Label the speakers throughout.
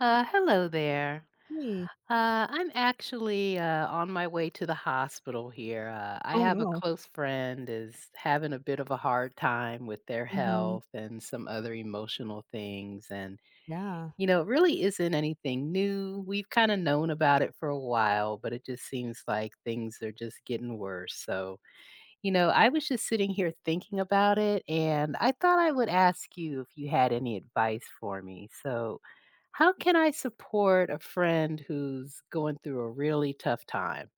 Speaker 1: Hello there.
Speaker 2: Hey.
Speaker 1: I'm actually on my way to the hospital here. I
Speaker 2: Oh,
Speaker 1: have a
Speaker 2: no.
Speaker 1: close friend is having a bit of a hard time with their
Speaker 2: Mhm.
Speaker 1: health and some other emotional things, and
Speaker 2: Yeah.
Speaker 1: it really isn't anything new. We've kind of known about it for a while, but it just seems like things are just getting worse. So I was just sitting here thinking about it, and I thought I would ask you if you had any advice for me. So, how can I support a friend who's going through a really tough time?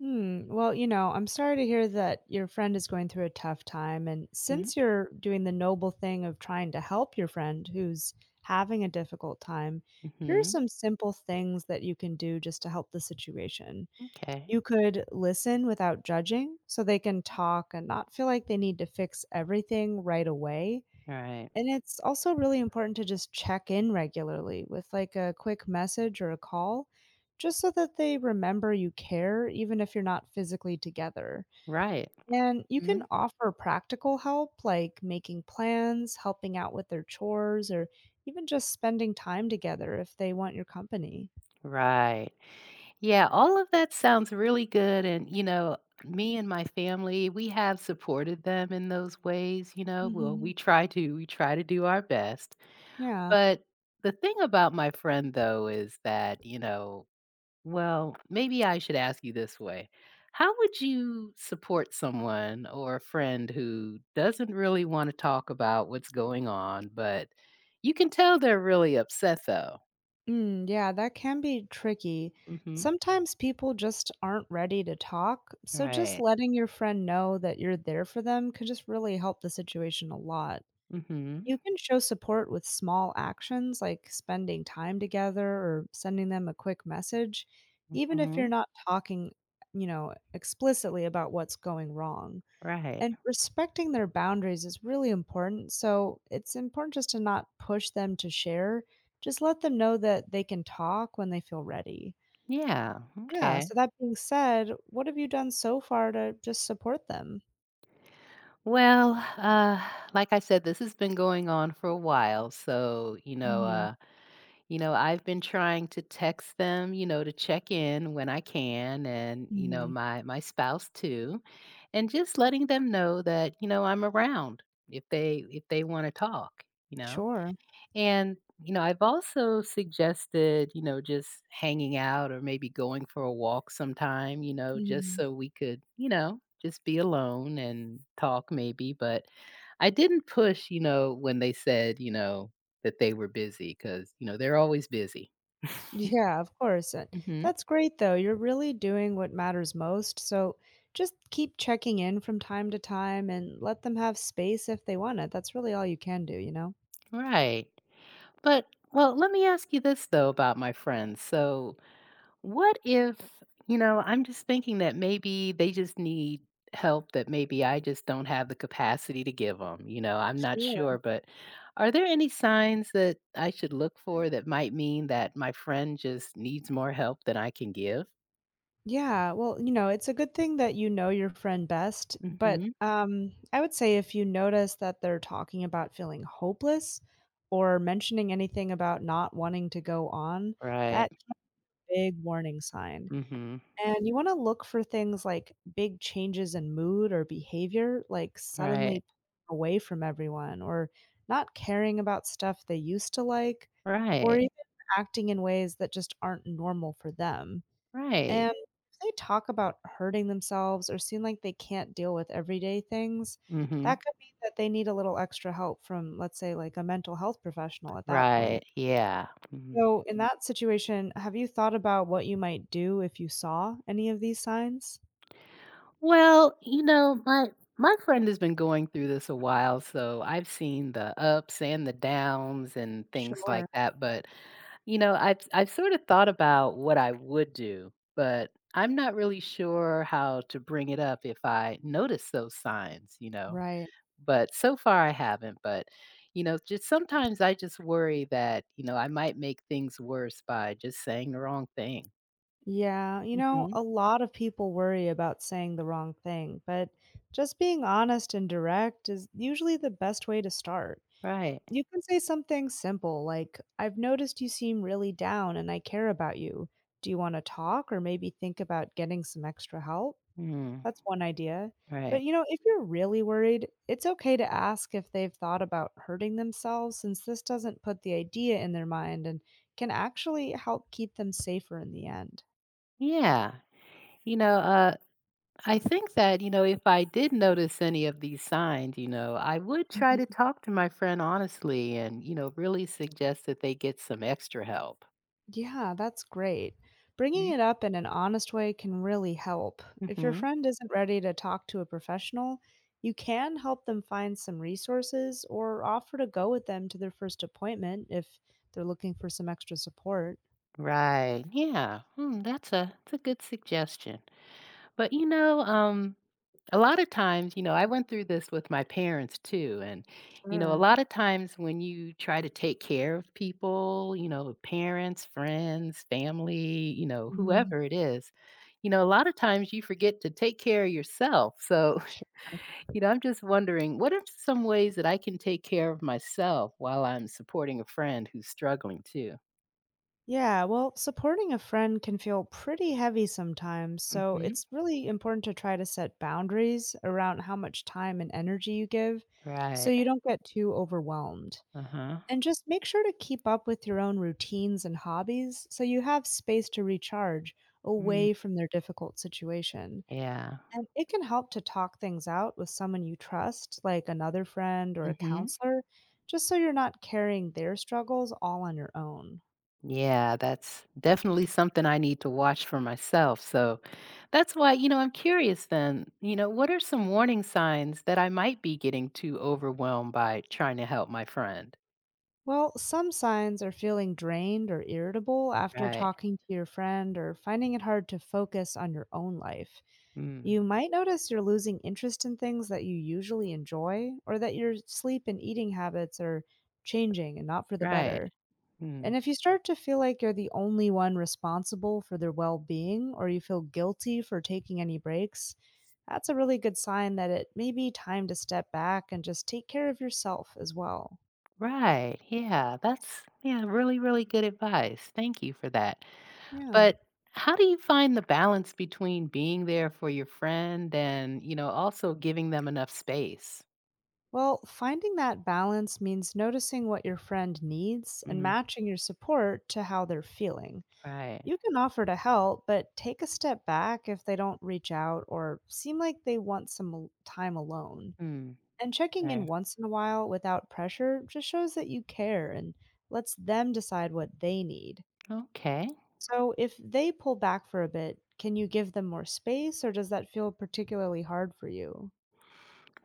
Speaker 2: Hmm. Well, I'm sorry to hear that your friend is going through a tough time. And since you're doing the noble thing of trying to help your friend who's having a difficult time, here are
Speaker 1: Mm-hmm.
Speaker 2: some simple things that you can do just to help the situation.
Speaker 1: Okay.
Speaker 2: You could listen without judging so they can talk and not feel like they need to fix everything right away.
Speaker 1: All right.
Speaker 2: And it's also really important to just check in regularly with like a quick message or a call, just so that they remember you care, even if you're not physically together.
Speaker 1: Right.
Speaker 2: And you can
Speaker 1: Mhm.
Speaker 2: offer practical help, like making plans, helping out with their chores, or even just spending time together if they want your company.
Speaker 1: Right. Yeah, all of that sounds really good. And, you know, me and my family, we have supported them in those ways, you know. Well, we
Speaker 2: Hmm.
Speaker 1: try to, we try to do our best.
Speaker 2: Yeah.
Speaker 1: But the thing about my friend, though, is that, you know, well, maybe I should ask you this way. How would you support someone or a friend who doesn't really want to talk about what's going on, but you can tell they're really upset, though?
Speaker 2: Mm, yeah, that can be tricky.
Speaker 1: Mhm.
Speaker 2: Sometimes people just aren't ready to talk, so just
Speaker 1: Right.
Speaker 2: letting your friend know that you're there for them can just really help the situation a lot.
Speaker 1: Mhm.
Speaker 2: You can show support with small actions like spending time together or sending them a quick message, even if you're
Speaker 1: Mhm.
Speaker 2: not talking, explicitly about what's going wrong.
Speaker 1: Right.
Speaker 2: And respecting their boundaries is really important. So it's important just to not push them to share. Just let them know that they can talk when they feel ready.
Speaker 1: Yeah.
Speaker 2: Yeah.
Speaker 1: Okay.
Speaker 2: So that being said, what have you done so far to just support them?
Speaker 1: Well, like I said, this has been going on for a while. So, you know,
Speaker 2: Hmm.
Speaker 1: you know, I've been trying to text them, you know, to check in when I can and, you know,
Speaker 2: Hmm.
Speaker 1: my spouse too, and just letting them know that, you know, I'm around if they want to talk, you know.
Speaker 2: Sure.
Speaker 1: And, you know, I've also suggested, you know, just hanging out or maybe going for a walk sometime, you know, just
Speaker 2: Hmm.
Speaker 1: so we could, you know, just be alone and talk maybe. But I didn't push, you know, when they said, you know, that they were busy because, you know, they're always busy.
Speaker 2: Yeah, of course. And
Speaker 1: hmm
Speaker 2: that's great, though. You're really doing what matters most. So just keep checking in from time to time and let them have space if they want it. That's really all you can do, you know?
Speaker 1: Right. But, well, let me ask you this, though, about my friends. So, what if, you know, I'm just thinking that maybe they just need help that maybe I just don't have the capacity to give them, you know, I'm not
Speaker 2: Sure.
Speaker 1: sure, but are there any signs that I should look for that might mean that my friend just needs more help than I can give?
Speaker 2: Yeah, well, it's a good thing that you know your friend best, but
Speaker 1: Mhm.
Speaker 2: I would say if you notice that they're talking about feeling hopeless or mentioning anything about not wanting to go on,
Speaker 1: Right.
Speaker 2: that's a big warning sign.
Speaker 1: Mhm.
Speaker 2: And you want to look for things like big changes in mood or behavior, like
Speaker 1: Right.
Speaker 2: suddenly away from everyone or not caring about stuff they used to like, or
Speaker 1: Right.
Speaker 2: even acting in ways that just aren't normal for them.
Speaker 1: Right.
Speaker 2: And if they talk about hurting themselves or seem like they can't deal with everyday things, that
Speaker 1: Mhm.
Speaker 2: could mean that they need a little extra help from, let's say, like a mental health professional at that
Speaker 1: Right.
Speaker 2: point.
Speaker 1: Yeah. Mhm.
Speaker 2: So, in that situation, have you thought about what you might do if you saw any of these signs?
Speaker 1: Well, you know, my friend has been going through this a while, so I've seen the ups and the downs and things like
Speaker 2: Sure.
Speaker 1: that, but you know, I've sort of thought about what I would do, but I'm not really sure how to bring it up if I notice those signs, you know.
Speaker 2: Right.
Speaker 1: But so far I haven't, but you know, just sometimes I just worry that, you know, I might make things worse by just saying the wrong thing.
Speaker 2: Yeah. You know,
Speaker 1: Hmm
Speaker 2: a lot of people worry about saying the wrong thing, but just being honest and direct is usually the best way to start.
Speaker 1: Right.
Speaker 2: You can say something simple like, I've noticed you seem really down and I care about you. Do you want to talk or maybe think about getting some extra help?
Speaker 1: Mm,
Speaker 2: That's one idea. But
Speaker 1: right.
Speaker 2: if you're really worried, it's okay to ask if they've thought about hurting themselves since this doesn't put the idea in their mind and can actually help keep them safer in the end.
Speaker 1: Yeah. You know, I think that, you know, if I did notice any of these signs, you know, I would try to
Speaker 2: Mm-hmm.
Speaker 1: talk to my friend honestly and, you know, really suggest that they get some extra help.
Speaker 2: Yeah, that's great. Bringing
Speaker 1: Mm.
Speaker 2: it up in an honest way can really help. If your
Speaker 1: hmm
Speaker 2: friend isn't ready to talk to a professional, you can help them find some resources or offer to go with them to their first appointment if they're looking for some extra support.
Speaker 1: Right. Yeah. Hmm, that's a good suggestion. But, you know, a lot of times, you know, I went through this with my parents too. And, you know, a
Speaker 2: Sure.
Speaker 1: lot of times when you try to take care of people, you know, parents, friends, family, you know,
Speaker 2: Hmm.
Speaker 1: whoever it is, you know, a lot of times you forget to take care of yourself. So,
Speaker 2: Sure.
Speaker 1: you know, I'm just wondering what are some ways that I can take care of myself while I'm supporting a friend who's struggling too?
Speaker 2: Yeah, well, supporting a friend can feel pretty heavy sometimes, so
Speaker 1: Hmm
Speaker 2: it's really important to try to set boundaries around how much time and energy you give so
Speaker 1: Right.
Speaker 2: you don't get too overwhelmed.
Speaker 1: Uh huh.
Speaker 2: And just make sure to keep up with your own routines and hobbies so you have space to recharge away from their difficult situation.
Speaker 1: Yeah.
Speaker 2: And it can help to talk things out with someone you trust, like another friend or a
Speaker 1: hmm
Speaker 2: counselor, just so you're not carrying their struggles all on your own.
Speaker 1: Yeah, that's definitely something I need to watch for myself. So that's why, you know, I'm curious then, you know, what are some warning signs that I might be getting too overwhelmed by trying to help my friend?
Speaker 2: Well, some signs are feeling drained or irritable after
Speaker 1: Right.
Speaker 2: talking to your friend or finding it hard to focus on your own life.
Speaker 1: Mm,
Speaker 2: You might notice you're losing interest in things that you usually enjoy, or that your sleep and eating habits are changing and not for the
Speaker 1: right.
Speaker 2: better.
Speaker 1: Mm,
Speaker 2: And if you start to feel like you're the only one responsible for their well being, or you feel guilty for taking any breaks, that's a really good sign that it may be time to step back and just take care of yourself as well.
Speaker 1: right. Yeah, that's yeah, really, really good advice. Thank you for that.
Speaker 2: Yeah.
Speaker 1: But how do you find the balance between being there for your friend and, you know, also giving them enough space?
Speaker 2: Well, finding that balance means noticing what your friend needs and
Speaker 1: Mm,
Speaker 2: matching your support to how they're feeling.
Speaker 1: right.
Speaker 2: You can offer to help, but take a step back if they don't reach out or seem like they want some time alone.
Speaker 1: Mm,
Speaker 2: And checking in
Speaker 1: right.
Speaker 2: once in a while without pressure just shows that you care and lets them decide what they need.
Speaker 1: Okay.
Speaker 2: So if they pull back for a bit, can you give them more space or does that feel particularly hard for you?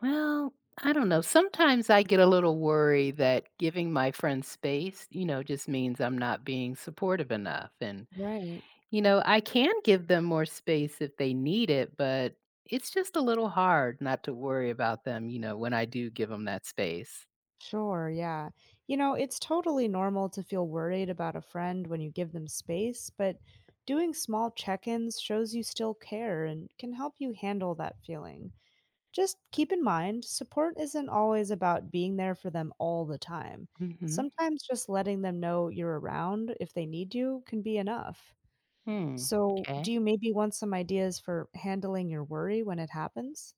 Speaker 1: Well, I don't know. Sometimes I get a little worried that giving my friends space, you know, just means I'm not being supportive enough. And,
Speaker 2: Right.
Speaker 1: you know, I can give them more space if they need it, but it's just a little hard not to worry about them, you know, when I do give them that space.
Speaker 2: Sure, yeah. It's totally normal to feel worried about a friend when you give them space, but doing small check ins shows you still care and can help you handle that feeling. Just keep in mind, support isn't always about being there for them all the time.
Speaker 1: Mm-hmm.
Speaker 2: Sometimes just letting them know you're around if they need you can be enough.
Speaker 1: Hmm.
Speaker 2: So, do
Speaker 1: Okay.
Speaker 2: you maybe want some ideas for handling your worry when it happens?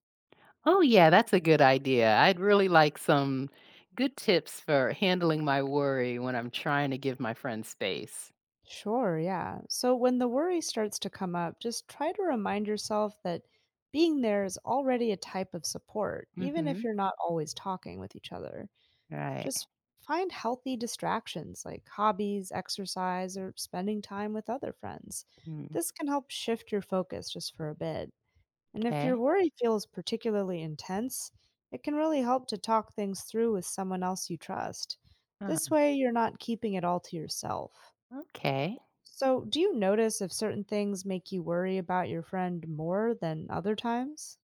Speaker 1: Oh, yeah, that's a good idea. I'd really like some good tips for handling my worry when I'm trying to give my friends space.
Speaker 2: Sure, yeah. So when the worry starts to come up, just try to remind yourself that being there is already a type of support, even
Speaker 1: Mm-hmm.
Speaker 2: if you're not always talking with each other.
Speaker 1: Right.
Speaker 2: Just find healthy distractions like hobbies, exercise, or spending time with other friends.
Speaker 1: Mm.
Speaker 2: This can help shift your focus just for a bit. And if your
Speaker 1: Okay.
Speaker 2: worry feels particularly intense, it can really help to talk things through with someone else you trust. This way, you're not keeping it all to yourself.
Speaker 1: Okay.
Speaker 2: So, do you notice if certain things make you worry about your friend more than other times?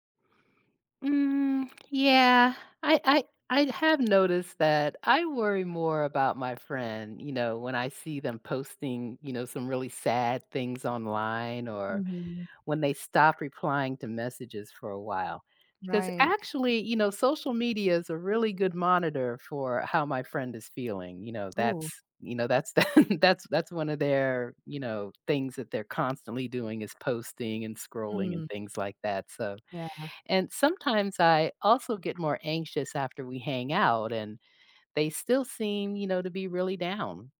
Speaker 1: Mm, yeah, I, I I have noticed that I worry more about my friend, you know, when I see them posting, you know, some really sad things online or
Speaker 2: Hmm.
Speaker 1: when they stop replying to messages for a while. Because
Speaker 2: Right.
Speaker 1: actually, you know, social media is a really good monitor for how my friend is feeling. You know,
Speaker 2: Ooh.
Speaker 1: that's that's one of their you know things that they're constantly doing is posting and scrolling and
Speaker 2: Mm.
Speaker 1: things like that so
Speaker 2: Yeah.
Speaker 1: and sometimes I also get more anxious after we hang out, and they still seem, you know, to be really down.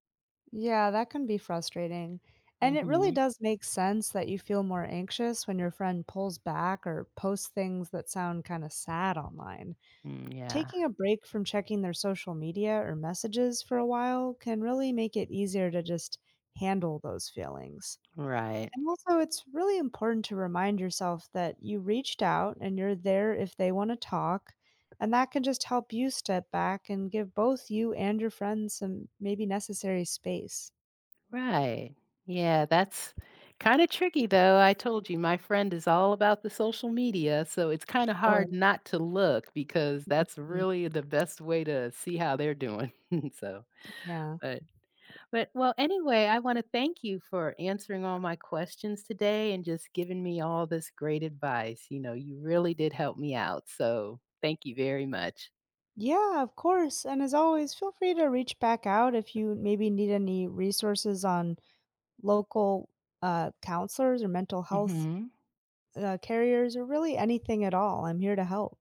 Speaker 2: Yeah, that can be frustrating. And it really
Speaker 1: Hmm
Speaker 2: does make sense that you feel more anxious when your friend pulls back or posts things that sound kind of sad online.
Speaker 1: Mm, yeah.
Speaker 2: Taking a break from checking their social media or messages for a while can really make it easier to just handle those feelings.
Speaker 1: Right.
Speaker 2: And also, it's really important to remind yourself that you reached out and you're there if they want to talk. And that can just help you step back and give both you and your friends some maybe necessary space.
Speaker 1: Right. Yeah. That's kind of tricky, though. I told you my friend is all about the social media. So it's kind of
Speaker 2: Sure.
Speaker 1: hard not to look because that's
Speaker 2: Mm,
Speaker 1: really the best way to see how they're doing. So,
Speaker 2: yeah.
Speaker 1: but but, well, anyway, I wanna thank you for answering all my questions today and just giving me all this great advice, you know, you really did help me out, so thank you very much.
Speaker 2: Yeah, of course. And as always, feel free to reach back out if you maybe need any resources on local counselors or mental health
Speaker 1: Mhm.
Speaker 2: carriers or really anything at all. I'm here to help.